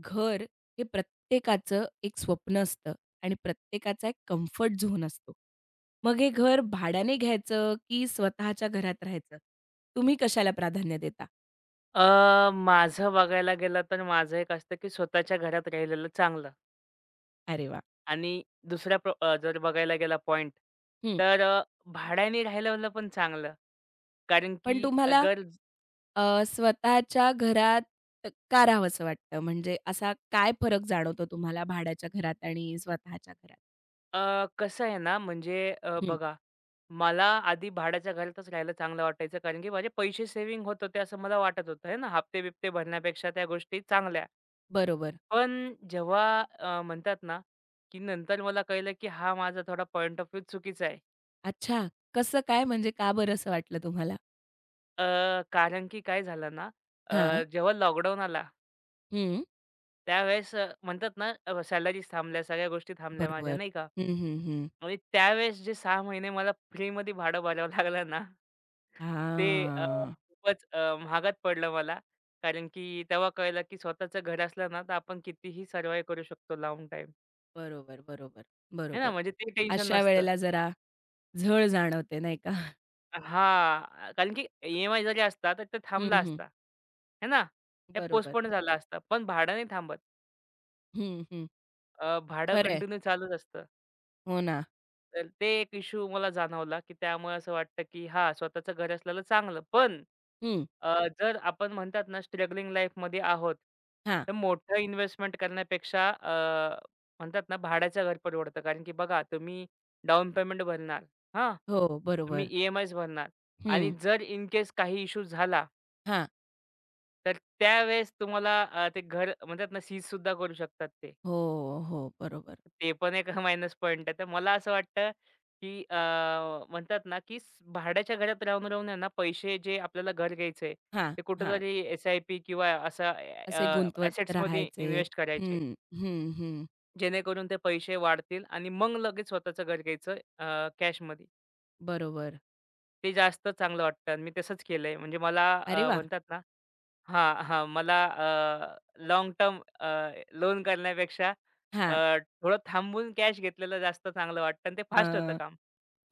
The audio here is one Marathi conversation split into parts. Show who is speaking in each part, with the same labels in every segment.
Speaker 1: घर हे प्रत्येकाचं एक स्वप्न असतं आणि प्रत्येकाचा एक कम्फर्ट झोन असतो. मग हे घर भाड्याने घ्यायचं की स्वतःच्या घरात राहायचं? तुम्ही कशाला प्राधान्य देता?
Speaker 2: माझं बघायला गेलं तर माझं एक असतं, की स्वतःच्या घरात राहिलेलं चांगलं.
Speaker 1: अरे वाह!
Speaker 2: आणि दुसऱ्या जर बघायला गेला पॉइंट
Speaker 1: हं.
Speaker 2: तर भाड्याने राहिलेलं पण चांगलं. कारण
Speaker 1: पण
Speaker 2: की
Speaker 1: तुम्हाला
Speaker 2: अगर
Speaker 1: स्वतःच्या घरात का राहावसं वाटतं? म्हणजे असा काय फरक जाणवतो तुम्हाला भाड्याच्या घरात आणि स्वतःच्या घरात?
Speaker 2: अ, कसं आहे ना, म्हणजे
Speaker 1: हं.
Speaker 2: बघा, मला आधी भाड्याच्या घरातच राहायला चांगलं वाटायचं. कारण की माझे पैसे सेव्हिंग होत होते असं मला वाटत होतं. आहे ना, हप्ते-बिप्ते भरण्यापेक्षा त्या गोष्टी चांगल्या.
Speaker 1: बरोबर.
Speaker 2: पण जेव्हा म्हणतात ना, की नंतर मला कळलं, की हा माझा थोडा पॉइंट ऑफ व्ह्यू चुकीचा आहे.
Speaker 1: अच्छा. कसं काय? म्हणजे का बरं असं वाटलं तुम्हाला?
Speaker 2: कारण की काय झालं ना,
Speaker 1: हां.
Speaker 2: जेव्हा लॉकडाऊन आला
Speaker 1: हं.
Speaker 2: त्यावेळेस म्हणतात ना, सॅलरीज थांबल्या, सगळ्या गोष्टी थांबल्या माझ्या
Speaker 1: बरोबर.
Speaker 2: नाही का.
Speaker 1: हं, हं, हं.
Speaker 2: आणि त्यावेळेस जे 6 महिने मला फ्रीमध्ये भाडं भरावं लागलं ना, ते
Speaker 1: हां.
Speaker 2: खूपच महागात पडलं मला. कारण की तेव्हा कळलं की स्वतःचं घर असलं ना, तर आपण कितीही सर्व्हाईव्ह करू शकतो लाँग टाईम.
Speaker 1: बरोबर, बरोबर,
Speaker 2: आहे ना,
Speaker 1: बरोबर.
Speaker 2: म्हणजे ते टेन्शन
Speaker 1: अशा
Speaker 2: नसतं.
Speaker 1: वेळेला जरा झळ जाणवते नाही का?
Speaker 2: हां, कारण की ई जरी असता तर ते
Speaker 1: हं,
Speaker 2: थांबला
Speaker 1: हं.
Speaker 2: असता. आहे ना, ते
Speaker 1: बरोबर.
Speaker 2: पोस्टपोन झाला असता. पण भाडं नाही थांबत.
Speaker 1: हं, हं.
Speaker 2: भाडं
Speaker 1: खरंय.
Speaker 2: कंटिन्यू चालूच असतं.
Speaker 1: हो ना.
Speaker 2: तर ते एक इश्यू मला जाणवला, की त्यामुळे असं वाटतं, की हा, स्वतःचं घर असलेलं चांगलं. पण
Speaker 1: हं.
Speaker 2: अ, जर आपण म्हणतात ना स्ट्रगलिंग लाईफमध्ये आहोत,
Speaker 1: हां.
Speaker 2: तर मोठं इन्व्हेस्टमेंट करण्यापेक्षा म्हणतात ना भाड्याचं घर परवडतं. कारण की बघा, तुम्ही डाउन पेमेंट भरणार, हां.
Speaker 1: हो,
Speaker 2: तुम्ही
Speaker 1: बरोबर.
Speaker 2: ई-एम-आयज भरणार आणि
Speaker 1: हं.
Speaker 2: जर इन केस काही इश्यू झाला,
Speaker 1: हां.
Speaker 2: तर त्यावेळेस तुम्हाला ते घर म्हणतात ना सीजसुद्धा करू शकतात ते.
Speaker 1: हो, हो. बरोबर.
Speaker 2: ते पण एक मायनस पॉइंट आहे. तर मला असं वाटतं, की म्हणतात ना, की भाड्याच्या घरात राहून राहून आहे ना, पैसे जे आपल्याला घर घ्यायचंय,
Speaker 1: हां,
Speaker 2: ते
Speaker 1: हां.
Speaker 2: कुठेतरी एस-आय-पी किंवा असा
Speaker 1: असे गुंतवत
Speaker 2: असेट्समध्ये
Speaker 1: राहायचे.
Speaker 2: इन्व्हेस्ट करायचे.
Speaker 1: हं, हं, हं.
Speaker 2: जेणेकरून ते पैसे वाढतील आणि मग लगेच स्वतःचं घर घ्यायचं कॅशमध्ये.
Speaker 1: बरोबर.
Speaker 2: ते जास्त चांगलं वाटतं आणि मी तसंच केलंय. म्हणजे मला
Speaker 1: अरे वाह!
Speaker 2: म्हणतात ना, हां, हां. मला टर्म लोन करण्यापेक्षा
Speaker 1: हां.
Speaker 2: थोडं थांबून कॅश घेतलेलं जास्त चांगलं वाटतं आणि ते फास्ट होतं
Speaker 1: अ,
Speaker 2: काम.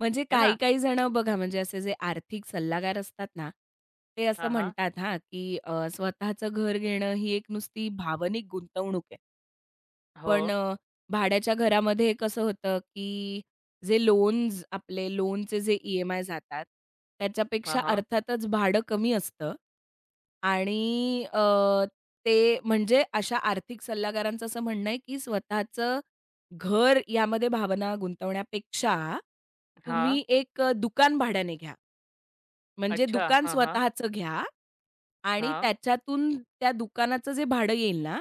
Speaker 1: म्हणजे
Speaker 2: हे ना?
Speaker 1: काही-काही जणं बघा म्हणजे असे जे आर्थिक सल्लागार असतात ना, ते असं
Speaker 2: हां, हां.
Speaker 1: म्हणतात हां, की स्वतःचं घर घेणं ही एक नुसती भावनिक गुंतवणूक आहे.
Speaker 2: हो.
Speaker 1: पण भाड्याच्या घरामध्ये कसं होतं, की जे लोन्स आपले लोनचे जे EMI जातात,
Speaker 2: हां,
Speaker 1: त्याच्यापेक्षा
Speaker 2: हां.
Speaker 1: अर्थातच भाडं कमी असतं आणि ते म्हणजे अशा आर्थिक सल्लागारांचं असं म्हणणं आहे, की स्वतःचं घर यामध्ये भावना गुंतवण्यापेक्षा
Speaker 2: हां.
Speaker 1: तुम्ही एक दुकान भाड्याने घ्या. म्हणजे
Speaker 2: अच्छा.
Speaker 1: दुकान
Speaker 2: हां, हां.
Speaker 1: स्वतःचं घ्या आणि
Speaker 2: हां.
Speaker 1: त्याच्यातून त्या दुकानाचं जे भाडं येईल ना,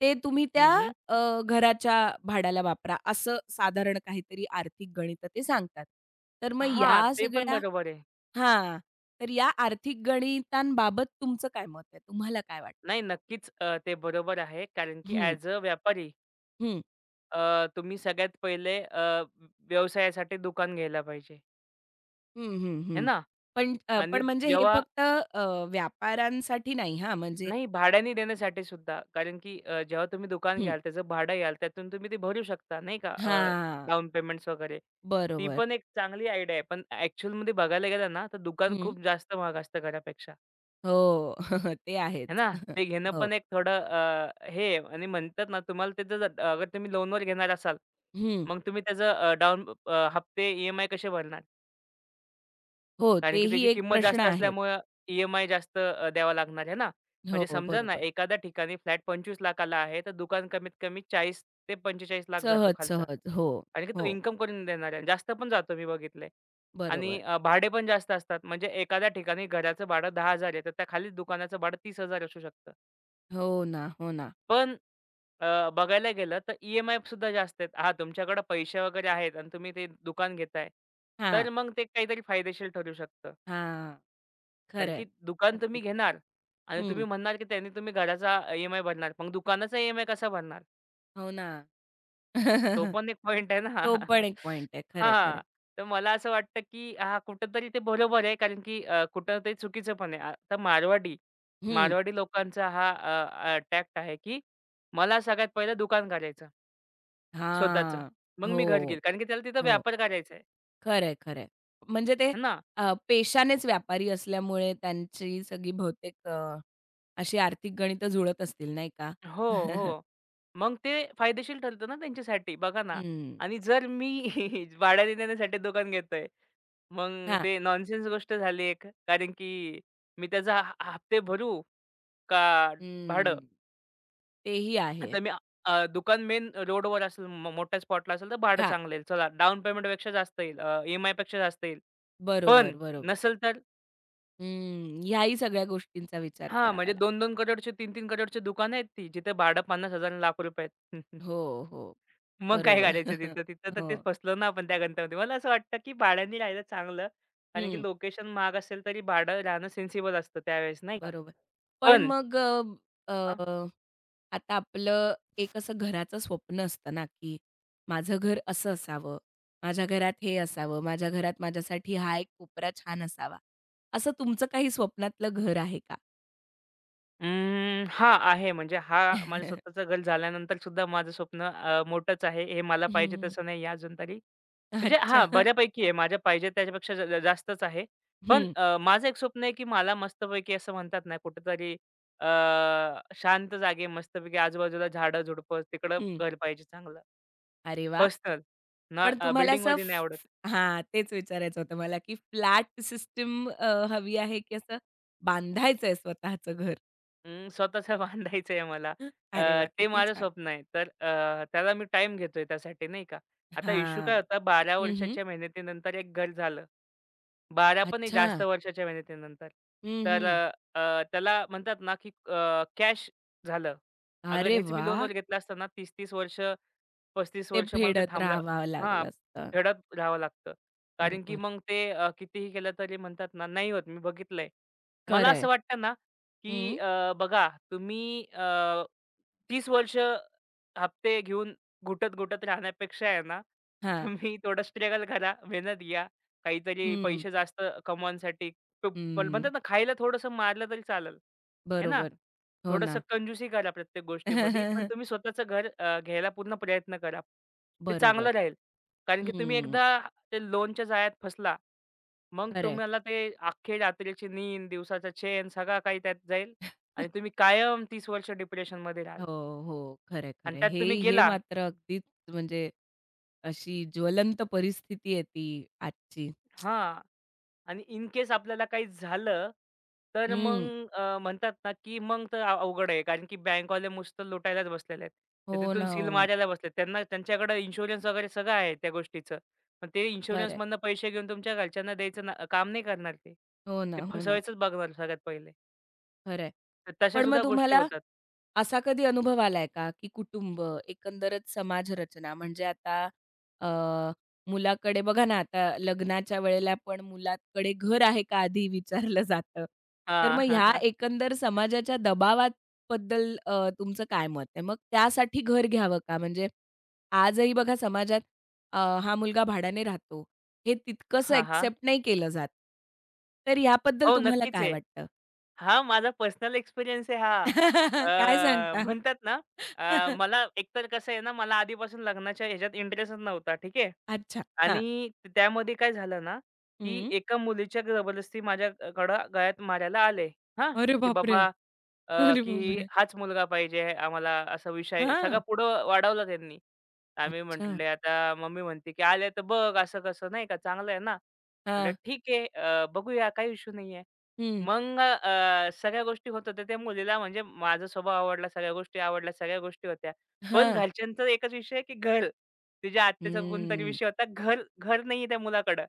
Speaker 1: ते तुम्ही
Speaker 2: हं,
Speaker 1: त्या
Speaker 2: हं.
Speaker 1: घराच्या भाड्याला वापरा, असं साधारण काहीतरी आर्थिक गणितं ते सांगतात. तर मग
Speaker 2: हां,
Speaker 1: या
Speaker 2: ते पण
Speaker 1: सगळ्या
Speaker 2: बरोबर आहे.
Speaker 1: हां. तर या आर्थिक गणितांबाबत तुमचं काय मत आहे? तुम्हाला काय वाटतं?
Speaker 2: नाही, नक्कीच ते बरोबर आहे, कारण की
Speaker 1: हं,
Speaker 2: ॲज अ व्यापारी,
Speaker 1: हं,
Speaker 2: तुम्ही सगळ्यात पहिले व्यवसायासाठी दुकान घ्यायला पाहिजे.
Speaker 1: हं, हं,
Speaker 2: हे
Speaker 1: हं.
Speaker 2: ना?
Speaker 1: पण
Speaker 2: आणि
Speaker 1: पण म्हणजे हे
Speaker 2: जेव्हा
Speaker 1: फक्त व्यापाऱ्यांसाठी नाही हां, म्हणजे
Speaker 2: नाही, भाड्याने देण्यासाठी सुद्धा. कारण की जेव्हा तुम्ही दुकान
Speaker 1: हं.
Speaker 2: घ्याल, त्याचं भाडं घ्याल, त्यातून तुम्ही ते भरू शकता नाही का,
Speaker 1: हां.
Speaker 2: डाउन पेमेंट्स वगैरे. ती
Speaker 1: बरोबर.
Speaker 2: पण एक चांगली आयडिया आहे. पण ॲक्चुअलमध्ये बघायला गेलं ना, तर दुकान
Speaker 1: हं.
Speaker 2: खूप जास्त महाग असतं घरापेक्षा,
Speaker 1: हो. ते
Speaker 2: है
Speaker 1: आहेच.
Speaker 2: ना? ते घेणं
Speaker 1: हो.
Speaker 2: पण एक थोडं हे आहे. आणि म्हणतात ना, तुम्हाला त्याचं जर अगर तुम्ही लोनवर घेणार असाल,
Speaker 1: हं.
Speaker 2: मग तुम्ही त्याचं हप्ते ई-एम-आय कसे भरणार?
Speaker 1: हो,
Speaker 2: कारण की
Speaker 1: तेही
Speaker 2: त्याची
Speaker 1: एक
Speaker 2: किंमत
Speaker 1: प्रश्न
Speaker 2: जास्त
Speaker 1: आहेच.
Speaker 2: असल्यामुळे ई-एम-आय जास्त द्यावा लागणार आहे ना. म्हणजे
Speaker 1: हो,
Speaker 2: समजा ना,
Speaker 1: बरोबर.
Speaker 2: एखाद्या ठिकाणी फ्लॅट 25,00,000 ला आहे, तर दुकान कमीत कमी 40 ते 45,00,000 जातो
Speaker 1: सहज,
Speaker 2: खालचा.
Speaker 1: सहज. हो,
Speaker 2: कारण की तो
Speaker 1: हो.
Speaker 2: इन्कम करून देणार आहे. जास्त पण जातो, मी बघितलंय. आणि
Speaker 1: बरोबर.
Speaker 2: भाडे पण जास्त असतात. म्हणजे एखाद्या ठिकाणी घराचं भाडं 10,000 आहे, तर त्या खाली दुकानाचं भाडं 30,000 असू शकतं.
Speaker 1: हो ना, हो ना.
Speaker 2: पण बघायला गेलं तर ई-एम-आय सुद्धा जास्त आहेत. हां, तुमच्याकडे पैसे वगैरे आहेत आणि तुम्ही ते दुकान घेताय,
Speaker 1: हां,
Speaker 2: तर मग ते काहीतरी फायदेशीर ठरू शकतं.
Speaker 1: हां. खरं
Speaker 2: कारण
Speaker 1: आहे.
Speaker 2: की दुकान
Speaker 1: अगदी.
Speaker 2: तुम्ही घेणार आणि
Speaker 1: हं.
Speaker 2: तुम्ही म्हणणार की त्याने तुम्ही घराचा ई भरणार. मग दुकानाचा ई कसा भरणार?
Speaker 1: हो ना.
Speaker 2: तो पण एक पॉइंट आहे ना.
Speaker 1: तो पण एक पॉइंट आहे. खरं आहे, खरं
Speaker 2: हां.
Speaker 1: आहे.
Speaker 2: तर मला असं वाटतं की हां, कुठेतरी ते बरोबर आहे, कारण की कुठेतरी चुकीचं पण आहे. आता मारवाडी लोकांचा हा टॅक्ट आहे की मला सगळ्यात पहिलं दुकान काढायचं स्वतःचं. मग मी घर
Speaker 1: हो,
Speaker 2: घेईल. कारण की त्याला तिथं
Speaker 1: हो.
Speaker 2: व्यापार करायचा आहे.
Speaker 1: खरं आहे, म्हणजे ते
Speaker 2: है ना?
Speaker 1: पेशानेच व्यापारी असल्यामुळे त्यांची सगळी बहुतेक अशी आर्थिक गणितं जुळत असतील नाही का?
Speaker 2: हो, हो. मग ते फायदेशीर ठरतं ना त्यांच्यासाठी, बघा ना.
Speaker 1: हं.
Speaker 2: आणि जर मी भाड्याने देण्यासाठी दुकान घेतोय, मग
Speaker 1: हां.
Speaker 2: ते नॉनसेन्स गोष्ट झाली एक. कारण की मी त्याचा हप्ते भरू का भाडं?
Speaker 1: हं. तेही आहे.
Speaker 2: आता मी दुकान मेन रोडवर असेल, मोठ्या स्पॉटला असेल तर भाडं
Speaker 1: हां.
Speaker 2: चांगलं येईल. चला, डाउन पेमेंटपेक्षा जास्त येईल, ई जास्त येईल. पण
Speaker 1: बरोबर, बरोबर.
Speaker 2: नसेल तर
Speaker 1: हं. ह्याही सगळ्या गोष्टींचा विचार
Speaker 2: हां,
Speaker 1: करावा
Speaker 2: म्हणजे
Speaker 1: लागतो.
Speaker 2: 2-2 करोडची, 3-3 करोडची दुकानं आहेत ती, जिथे भाडं ₹50,000 आणि लाख रुपये आहेत.
Speaker 1: हो, हो.
Speaker 2: मग काय
Speaker 1: बरोबर.
Speaker 2: करायचं तिथं? तिथं तर
Speaker 1: हो.
Speaker 2: ते फसलो ना आपण त्या गंतामध्ये. मला असं वाटतं, की भाड्याने राहिलं चांगलं. कारण की
Speaker 1: हं.
Speaker 2: लोकेशन महाग असेल तरी भाडं राहणं सेन्सिबल असतं त्यावेळेस नाही का.
Speaker 1: बरोबर. पण
Speaker 2: पण
Speaker 1: मग अ,
Speaker 2: हां.
Speaker 1: अ, आता आपलं एक असं घराचं स्वप्न असतं ना, की माझं घर असं असावं, माझ्या घरात हे असावं, माझ्या घरात माझ्यासाठी हा एक कोपरा छान असावा. असं तुमचं काही स्वप्नातलं घर आहे का?
Speaker 2: अं, हां, आहे, म्हणजे हा, माझं स्वतःचं घर झाल्यानंतर सुद्धा माझं स्वप्न मोठंच आहे. हे मला पाहिजे
Speaker 1: हं.
Speaker 2: तसं नाही आहे अजून तरी. म्हणजे
Speaker 1: अच्छा.
Speaker 2: हां, बऱ्यापैकी आहे. माझ्या पाहिजे त्याच्यापेक्षा ज ज जास्तच आहे. पण
Speaker 1: हं,
Speaker 2: माझं एक स्वप्न आहे, की मला मस्तपैकी असं म्हणतात ना कुठेतरी अ, शांत जागी मस्तपैकी आजूबाजूला झाडं-झुडपं तिकडं
Speaker 1: हं.
Speaker 2: घर पाहिजे चांगलं.
Speaker 1: अरे वाह!
Speaker 2: पर्सनल. ना
Speaker 1: पण तुम्हाला असं
Speaker 2: बिल्डिंगमध्ये नाही आवडत.
Speaker 1: फ हां, तेच विचारायचं होतं मला, की फ्लॅट सिस्टम हवी आहे, की असं बांधायचंय स्वतःचं घर?
Speaker 2: अं, स्वतःचं बांधायचं आहे मला.
Speaker 1: अरे वाह!
Speaker 2: ते
Speaker 1: किती
Speaker 2: माझं
Speaker 1: छान.
Speaker 2: स्वप्न आहे. तर त्याला मी टाईम घेतोय त्यासाठी नाही का. आता इश्यू काय
Speaker 1: हां.
Speaker 2: होता, 12
Speaker 1: हं, हं.
Speaker 2: वर्षाच्या मेहनतीनंतर एक घर झालं. 12 पण नाही,
Speaker 1: अच्छा.
Speaker 2: जास्त वर्षाच्या मेहनतीनंतर.
Speaker 1: हं,
Speaker 2: तर
Speaker 1: हं.
Speaker 2: अ, अ, त्याला म्हणतात ना, की कॅश झालं. अगर
Speaker 1: अरे
Speaker 2: हेच मी
Speaker 1: वाह!
Speaker 2: लोनवर घेतलं असतं ना, 30-30 वर्ष 35
Speaker 1: ते
Speaker 2: वर्ष मला ते
Speaker 1: फेडत
Speaker 2: थांबलं,
Speaker 1: राहावं
Speaker 2: हां,
Speaker 1: लागलं असतं.
Speaker 2: खेळत राहावं लागतं. कारण की
Speaker 1: बरोबर.
Speaker 2: मग ते कितीही केलं तरी म्हणतात ना, नाही होत, मी बघितलंय.
Speaker 1: खरं
Speaker 2: मला
Speaker 1: आहे.
Speaker 2: असं वाटतं ना, की
Speaker 1: हं.
Speaker 2: बघा तुम्ही 30 वर्ष हप्ते घेऊन घुटत-घुटत राहण्यापेक्षा आहे ना,
Speaker 1: हां.
Speaker 2: तुम्ही थोडं स्ट्रगल करा, मेहनत घ्या, काहीतरी
Speaker 1: हं,
Speaker 2: पैसे जास्त कमवण्यासाठी. प पण म्हणतात ना, खायला थोडंसं मारलं तरी चालेल. आहे ना?
Speaker 1: बरोबर. हो ना.
Speaker 2: थोडंसं कंजूसी करा प्रत्येक गोष्टीमध्ये, पण तुम्ही स्वतःचं घर घ्यायला पूर्ण प्रयत्न करा. ते
Speaker 1: बरोबर.
Speaker 2: चांगलं राहील. कारण की तुम्ही
Speaker 1: हं.
Speaker 2: एकदा ते लोनच्या जाळ्यात फसला, मग
Speaker 1: खरं
Speaker 2: तुम्हाला ते अख्खी रात्रीची नींद, दिवसाचा चैन सगळा काही त्यात जाईल आणि तुम्ही कायम 30 वर्ष डिप्रेशनमध्ये राहाल
Speaker 1: हो, हो. खरंय,
Speaker 2: आणि
Speaker 1: खरंय.
Speaker 2: त्यात
Speaker 1: हे
Speaker 2: तुम्ही
Speaker 1: हे
Speaker 2: गेला,
Speaker 1: मात्र अगदीच म्हणजे अशी ज्वलंत परिस्थिती आहे ती आजची.
Speaker 2: हां. आणि इन केस आपल्याला काही झालं, तर मग
Speaker 1: हं.
Speaker 2: म्हणतात ना, की मग तर अवघड आहे. कारण की बँकवाले नुसतं लुटायलाच बसलेले आहेत.
Speaker 1: हो
Speaker 2: ते तिथून
Speaker 1: ना,
Speaker 2: सील
Speaker 1: हो.
Speaker 2: मारायला बसले, त्यांना त्यांच्याकडे इन्शुरन्स वगैरे सगळं आहे त्या गोष्टीचं. पण ते
Speaker 1: खरंय.
Speaker 2: इन्शुरन्समधनं पैसे घेऊन तुमच्या घरच्यांना द्यायचं ना, काम नाही करणार ते.
Speaker 1: हो ना,
Speaker 2: ते
Speaker 1: हो ना.
Speaker 2: फसवायचंच बघणार सगळ्यात पहिले.
Speaker 1: खरंय.
Speaker 2: तर तशा
Speaker 1: पण
Speaker 2: सुद्धा
Speaker 1: मग
Speaker 2: गोष्टी
Speaker 1: तुम्हाला
Speaker 2: होतात.
Speaker 1: असा कधी अनुभव आलाय का, की कुटुंब, एकंदरच समाज रचना म्हणजे आता अ, मुलाकडे बघा ना, आता लग्नाच्या वेळेला पण मुलाकडे घर आहे का आधी विचारलं जातं. तर
Speaker 2: हां.
Speaker 1: मग ह्या
Speaker 2: हां,
Speaker 1: एकंदर समाजाच्या दबावाबद्दल तुमचं काय मत आहे? मग त्यासाठी घर घ्यावं का? म्हणजे आजही बघा समाजात अ, हा मुलगा भाड्याने राहतो. हे तितकंसं
Speaker 2: हां.
Speaker 1: एक्सेप्ट नाही केलं जात. तर याबद्दल
Speaker 2: हो,
Speaker 1: तुम्हाला
Speaker 2: नक्कीच
Speaker 1: काय
Speaker 2: आहे.
Speaker 1: वाटतं?
Speaker 2: हां, माझा पर्सनल एक्सपिरियन्स आहे हा.
Speaker 1: काय सांगता?
Speaker 2: म्हणतात ना, मला एकतर कसं आहे ना, मला आधीपासून लग्नाच्या ह्याच्यात इंटरेस्टच नव्हता, ठीक आहे.
Speaker 1: अच्छा. हां.
Speaker 2: आणि त्यामध्ये काय झालं ना, की
Speaker 1: हं.
Speaker 2: एका मुलीच्या जबरदस्ती माझ्याकडं गळ्यात मारायला आले, हां.
Speaker 1: अरे
Speaker 2: की
Speaker 1: बापरे!
Speaker 2: बाबा, अ,
Speaker 1: अरे
Speaker 2: की
Speaker 1: बापरे!
Speaker 2: हाच मुलगा पाहिजे आम्हाला, असा विषय सगळा
Speaker 1: हां.
Speaker 2: पुढं वाढवला त्यांनी. आम्ही
Speaker 1: अच्छा.
Speaker 2: म्हटले, आता मम्मी म्हणते, की "आले तर बघ असं कसं, नाही का चांगलं आहे ना?" म्हटलं,
Speaker 1: हां.
Speaker 2: "ठीक आहे बघूया, काही इश्यू नाहीये."
Speaker 1: हं.
Speaker 2: मग सगळ्या गोष्टी होत होत्या. त्या मुलीला म्हणजे माझा स्वभाव आवडला, सगळ्या गोष्टी आवडल्या, सगळ्या गोष्टी होत्या. पण
Speaker 1: हां.
Speaker 2: घरच्यांचा एकच विषय, की घर. तिच्या आत्याचा कोणतरी
Speaker 1: हं.
Speaker 2: विषय होता. घर घर नाहीये त्या मुलाकडं.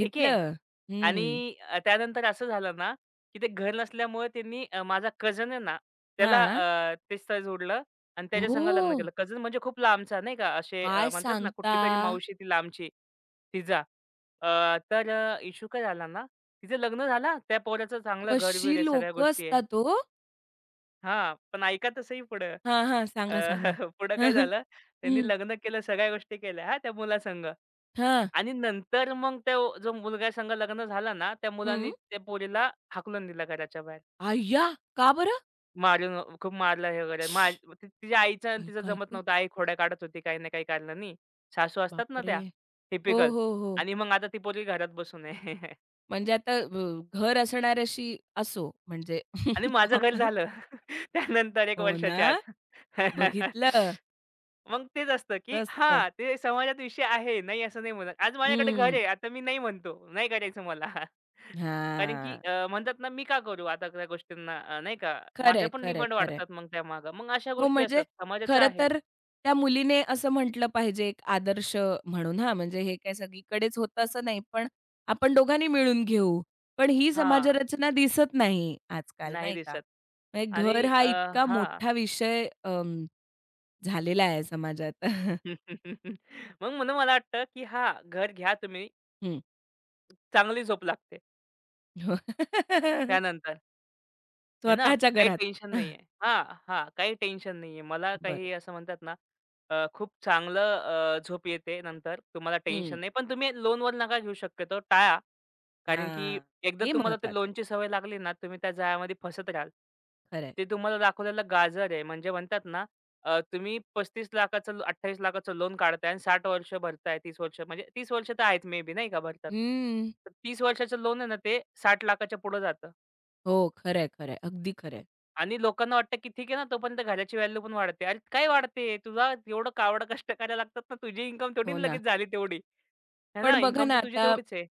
Speaker 2: ठीक आहे.
Speaker 1: हं.
Speaker 2: आणि त्यानंतर असं झालं ना, की ते घर नसल्यामुळे त्यांनी माझा कझन आहे ना, त्याला
Speaker 1: हां.
Speaker 2: ते स्थळ जोडलं आणि त्याच्या संग लग्न
Speaker 1: ओह!
Speaker 2: केलं. कझन म्हणजे खूप लांबचा नाही का, असे
Speaker 1: काय
Speaker 2: म्हणतात ना,
Speaker 1: सांगता?
Speaker 2: कुठलीतरी मावशी ती लांबची, तिचा. अ, तर अ, काय झाला ना, तिचं लग्न झाला, त्या पोराचं चांगलं
Speaker 1: कशी
Speaker 2: घर-बीर आहे, सगळ्या
Speaker 1: लोकं
Speaker 2: गोष्टी आहे.
Speaker 1: असतात ओ?
Speaker 2: हां, पण ऐका तर पुढं.
Speaker 1: हां, हां.
Speaker 2: अ,
Speaker 1: सांगा, सांगा.
Speaker 2: पुढं काय झालं, त्यांनी
Speaker 1: हं.
Speaker 2: लग्न केलं, सगळ्या गोष्टी केल्या, हां, त्या मुलासंग.
Speaker 1: हां.
Speaker 2: आणि नंतर मग तो जो मुलगा संग लग्न झाला ना, त्या
Speaker 1: हं.
Speaker 2: मुलांनी त्या पोरीला हाकलून दिलं घराच्या बाहेर.
Speaker 1: अय्या! का बरं?
Speaker 2: मारून खूप मारलं हे वगैरे. तिच्या आईचं आणि
Speaker 1: आई
Speaker 2: तिचं जमत
Speaker 1: गं,
Speaker 2: नव्हतं. आई खोड्या काढत होती काही ना काही कारणानी. सासू असतात ना
Speaker 1: बापरे!
Speaker 2: त्या
Speaker 1: हो,
Speaker 2: टिपिकल.
Speaker 1: हो, हो.
Speaker 2: आणि मग आता ती पोरगी घरात बसून आहे.
Speaker 1: म्हणजे आता घर असणाऱ्याशी असो म्हणजे
Speaker 2: आणि माझं घर झालं. त्यानंतर एक
Speaker 1: हो ना?
Speaker 2: वर्षाच्या आत.
Speaker 1: बघितलं.
Speaker 2: मग तेच असतं, की
Speaker 1: असतं.
Speaker 2: हां, ते समाजात विषय आहे. नाही असं नाही म्हणत. आज माझ्याकडे घर
Speaker 1: हं.
Speaker 2: आहे. आता मी नाही म्हणतो. नाही करायचं मला. कारण की
Speaker 1: हां.
Speaker 2: म्हणतात ना, मी का करू आता त्या गोष्टींना नाही का?
Speaker 1: खरंय,
Speaker 2: माझ्या पण
Speaker 1: खरंय,
Speaker 2: डिमांड
Speaker 1: खरंय.
Speaker 2: वाढतात मग त्यामागं. मग अशा
Speaker 1: हो,
Speaker 2: गोष्टी
Speaker 1: म्हणजे
Speaker 2: असतात. समाजाचं
Speaker 1: खरं
Speaker 2: आहे.
Speaker 1: तर त्या मुलीने असं म्हटलं पाहिजे एक आदर्श म्हणून हां, म्हणजे हे काय सगळीकडेच होतं असं नाही, पण आपण दोघांनी मिळून घेऊ. पण ही
Speaker 2: हां,
Speaker 1: समाजरचना दिसत नाही आजकाल
Speaker 2: नाही
Speaker 1: नाही का?
Speaker 2: दिसत.
Speaker 1: म्हणजे
Speaker 2: आणि
Speaker 1: घर हा इतका
Speaker 2: हां.
Speaker 1: मोठा विषय अं, झालेला आहे समाजात.
Speaker 2: मग म्हणून मला वाटतं, की हां, घर घ्या तुम्ही.
Speaker 1: हं.
Speaker 2: चांगली झोप लागते
Speaker 1: हो.
Speaker 2: त्यानंतर. है ना,
Speaker 1: स्वतःच्या
Speaker 2: काही
Speaker 1: घरात.
Speaker 2: टेन्शन नाहीये. हां, हां. काही टेन्शन नाहीये. मला
Speaker 1: बरोबर.
Speaker 2: काही असं म्हणतात ना, खूप चांगलं झोप येते नंतर. तुम्हाला
Speaker 1: हं.
Speaker 2: टेन्शन नाही. पण तुम्ही लोनवर नका घेऊ, शक्यतो टाळा. कारण की
Speaker 1: हां.
Speaker 2: एकदा
Speaker 1: हे
Speaker 2: तुम्हाला ते
Speaker 1: महत्वाचं आहे.
Speaker 2: लोनची सवय लागली ना, तुम्ही त्या जाळ्यामध्ये फसत राहाल.
Speaker 1: खरंय.
Speaker 2: ते तुम्हाला दाखवलेलं गाजर आहे. म्हणजे म्हणतात ना, तुम्ही 35,00,000चं 28,00,000चं लोन काढताय आणि 60 वर्ष भरताय, 30 वर्ष म्हणजे 30 वर्ष तर आहेत मे बी, नाही का भरतात.
Speaker 1: हं.
Speaker 2: तर 30 वर्षाचं लोन आहे ना, ते 60,00,000च्या पुढे जातं.
Speaker 1: हो, खरंय, खरंय. अगदी खरंय.
Speaker 2: आणि लोकांना वाटतं की ठीक आहे ना, तोपर्यंत घराची व्हॅल्यू पण वाढते. अरे, काय वाढते? तुझा एवढं कावडं कष्ट करायला लागतात ना, तुझी इन्कम थोडी
Speaker 1: हो
Speaker 2: ना
Speaker 1: ना.
Speaker 2: लगेच झाली तेवढी. आहे ना,
Speaker 1: पण बघा
Speaker 2: इन्कम
Speaker 1: ना,
Speaker 2: तर तुझी
Speaker 1: आता
Speaker 2: तेवढीच आहे.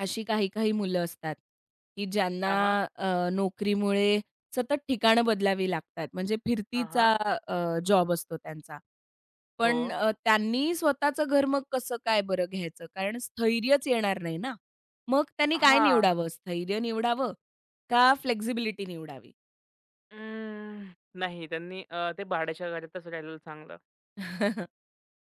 Speaker 1: अशी काही-काही मुलं असतात, की ज्यांना
Speaker 2: हां, हां.
Speaker 1: नोकरीमुळे सतत ठिकाणं बदलावी लागतात. म्हणजे
Speaker 2: हां, हां.
Speaker 1: फिरतीचा जॉब असतो त्यांचा.
Speaker 2: हो.
Speaker 1: पण त्यांनी स्वतःचं घर मग कसं काय बरं घ्यायचं? कारण स्थैर्यच येणार नाही ना. मग त्यांनी काय
Speaker 2: हां.
Speaker 1: निवडावं? स्थैर्य निवडावं का फ्लेक्सिबिलिटी निवडावी?
Speaker 2: अं, नाही, त्यांनी ते भाड्याच्या घरातच राहिलेलं चांगलं.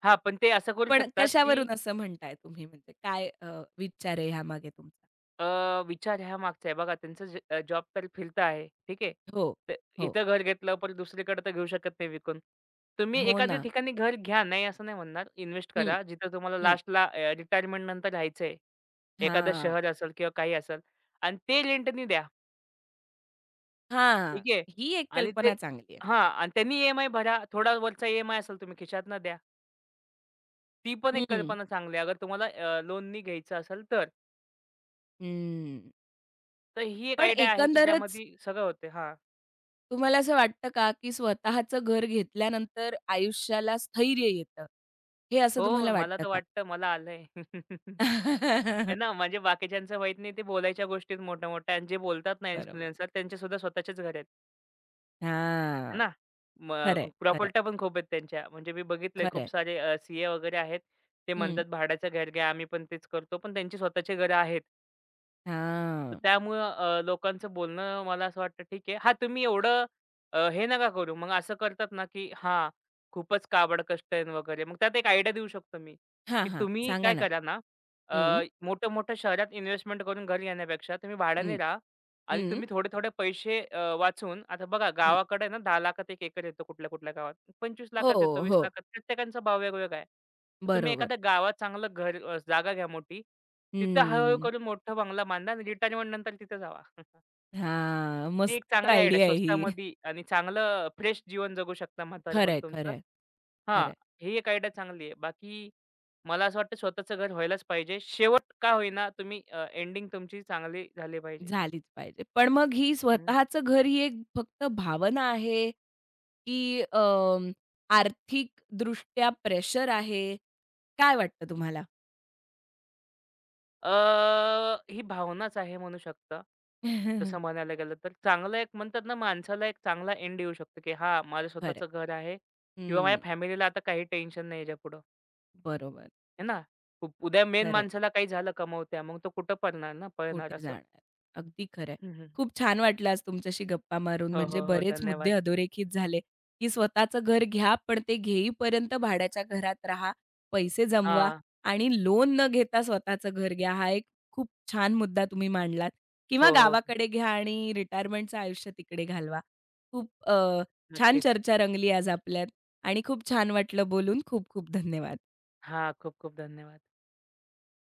Speaker 2: हां, पण ते असं करू
Speaker 1: पण
Speaker 2: शकतात की
Speaker 1: कशावरून असं म्हणताय तुम्ही? म्हणजे काय विचार आहे ह्यामागे तुमचा?
Speaker 2: अ, विचार ह्या मागचा आहे, बघा त्यांचं जॉब तर फिरता आहे, ठीक आहे.
Speaker 1: हो,
Speaker 2: तर
Speaker 1: हो.
Speaker 2: इथं घर घेतलं पण दुसरीकडे तर घेऊ शकत नाही विकून. तुम्ही
Speaker 1: हो
Speaker 2: एखाद्या
Speaker 1: ना.
Speaker 2: ठिकाणी घर घ्या, नाही असं नाही म्हणणार. इन्व्हेस्ट
Speaker 1: हं,
Speaker 2: करा जिथं तुम्हाला
Speaker 1: हं.
Speaker 2: लास्टला रिटायरमेंटनंतर राहायचंय. एखादं
Speaker 1: हां,
Speaker 2: शहर असेल किंवा काही असेल आणि ते रेंटनी द्या,
Speaker 1: हां.
Speaker 2: ठीक आहे.
Speaker 1: ही एक
Speaker 2: आणि
Speaker 1: कल्पना
Speaker 2: ते
Speaker 1: चांगली आहे.
Speaker 2: हां, आणि त्यांनी ई भरा. थोडा वरचा ई असेल तुम्ही खिशातनं द्या. ती पण एक
Speaker 1: हं,
Speaker 2: कल्पना चांगली आहे. अगर तुम्हाला लोननी घ्यायचं असेल तर.
Speaker 1: हं.
Speaker 2: तर ही एक
Speaker 1: पण
Speaker 2: आयडिया आहे की
Speaker 1: एकंदरच
Speaker 2: ज्यामध्ये सगळं होते. हां.
Speaker 1: तुम्हाला असं वाटतं का, की स्वतःचं घर घेतल्यानंतर आयुष्याला स्थैर्य येतं, हे असं
Speaker 2: हो,
Speaker 1: तुम्हाला
Speaker 2: मला
Speaker 1: वाटतं
Speaker 2: तर
Speaker 1: का?
Speaker 2: वाटतं मला आलंय. है ना, म्हणजे बाकीच्यांचं माहीत नाही, ते बोलायच्या गोष्टीत मोठ्या-मोठ्या आणि जे बोलतात ना
Speaker 1: बरोबर.
Speaker 2: इन्फ्लुएन्सर, त्यांचे सुद्धा स्वतःचेच घर आहेत. आहे
Speaker 1: हां.
Speaker 2: ना. मग
Speaker 1: खरंय, खरंय,
Speaker 2: प्रॉपर्ट्या पण खूप आहेत त्यांच्या. म्हणजे मी बघितलंय,
Speaker 1: खरंय.
Speaker 2: खूप सारे सी-ए वगैरे आहेत. ते
Speaker 1: हं.
Speaker 2: म्हणतात भाड्याचं घर घ्या, आम्ही पण तेच करतो. पण त्यांची स्वतःची घरं आहेत. तर
Speaker 1: हां.
Speaker 2: त्यामुळं लोकांचं बोलणं, मला असं वाटतं ठीक आहे. हां, तुम्ही एवढं हे नका करू. मग असं करतात ना, की हां, खूपच काबड कष्ट आहे न वगैरे. मग त्यात एक आयडिया देऊ शकतो मी,
Speaker 1: हां,
Speaker 2: की
Speaker 1: हां.
Speaker 2: तुम्ही
Speaker 1: सांगा
Speaker 2: काय
Speaker 1: ना?
Speaker 2: करा ना,
Speaker 1: हं.
Speaker 2: मोठ्या-मोठ्या शहरात इन्व्हेस्टमेंट करून घरी येण्यापेक्षा तुम्ही
Speaker 1: हं,
Speaker 2: भाड्याने राहा आणि
Speaker 1: हं.
Speaker 2: तुम्ही थोडे-थोडे पैसे वाचून, आता बघा
Speaker 1: हं.
Speaker 2: गावाकडे ना, 10 लाखात 1 एकर येतो कुठल्या-कुठल्या गावात. 25
Speaker 1: हो,
Speaker 2: लाखात येतो, 20
Speaker 1: हो.
Speaker 2: लाखात, प्रत्येकांचा भाव वेगवेगळा आहे. तर तुम्ही
Speaker 1: बरोबर.
Speaker 2: एखाद्या गावात चांगलं घर जागा घ्या मोठी. तिथं हळू-हळू
Speaker 1: हं.
Speaker 2: करून मोठा बंगला बांधा आणि रिटायरमेंट नंतर तिथं जावा.
Speaker 1: हां.
Speaker 2: ती
Speaker 1: मस्त
Speaker 2: एक चांगली आयडिया आहे.
Speaker 1: आयडिया आहे ही.
Speaker 2: स्वस्तामध्ये आणि चांगलं फ्रेश जीवन जगू शकता म्हातारपण
Speaker 1: खरंय,
Speaker 2: तुमचं.
Speaker 1: खरंय,
Speaker 2: हां,
Speaker 1: खरंय.
Speaker 2: ही एक आयडिया चांगली आहे. बाकी मला असं वाटतं स्वतःचं घर व्हायलाच पाहिजे. शेवट का होईना, तुम्ही एंडिंग तुमची चांगली झाली पाहिजे.
Speaker 1: झालीच पाहिजे. पण मग ही
Speaker 2: हं.
Speaker 1: स्वतःचं घर ही एक फक्त भावना आहे, की अं, आर्थिकदृष्ट्या प्रेशर आहे? काय वाटतं तुम्हाला?
Speaker 2: अ, ही भावनाच आहे म्हणू शकता.
Speaker 1: खरंय.
Speaker 2: तसं म्हणायला गेलं तर चांगलं एक, म्हणतात ना, माणसाला एक चांगला एंड येऊ शकतो, की हां, माझं
Speaker 1: खरंय.
Speaker 2: स्वतःचं घर आहे किंवा माझ्या
Speaker 1: हं.
Speaker 2: फॅमिलीला आता काही टेन्शन नाही याच्यापुढं,
Speaker 1: बरोबर.
Speaker 2: आहे ना. उद्या मेन
Speaker 1: खरंय.
Speaker 2: माणसाला काही झालं कमवत्या, मग तो कुठं पळणार ना, पळणार
Speaker 1: कुठे
Speaker 2: असं.
Speaker 1: जाणार? अगदी खरं आहे.
Speaker 2: हं, हं.
Speaker 1: खूप छान वाटलं आज तुमच्याशी गप्पा मारून.
Speaker 2: हो,
Speaker 1: म्हणजे
Speaker 2: हो, हो.
Speaker 1: बरेच मुद्दे
Speaker 2: धन्यवाद.
Speaker 1: अधोरेखित झाले, की स्वतःचं घर घ्या, पण ते घेईपर्यंत भाड्याच्या घरात राहा, पैसे जमवा
Speaker 2: हां.
Speaker 1: आणि लोन न घेता स्वतःचं घर घ्या. हा एक खूप छान मुद्दा तुम्ही मांडलात किंवा
Speaker 2: हो, हो.
Speaker 1: गावाकडे घ्या आणि रिटायरमेंटचं आयुष्य तिकडे घालवा. खूप छान
Speaker 2: नक्कीच.
Speaker 1: चर्चा रंगली आज आपल्यात आणि खूप छान वाटलं बोलून. खूप खूप धन्यवाद.
Speaker 2: हां, खूप खूप धन्यवाद.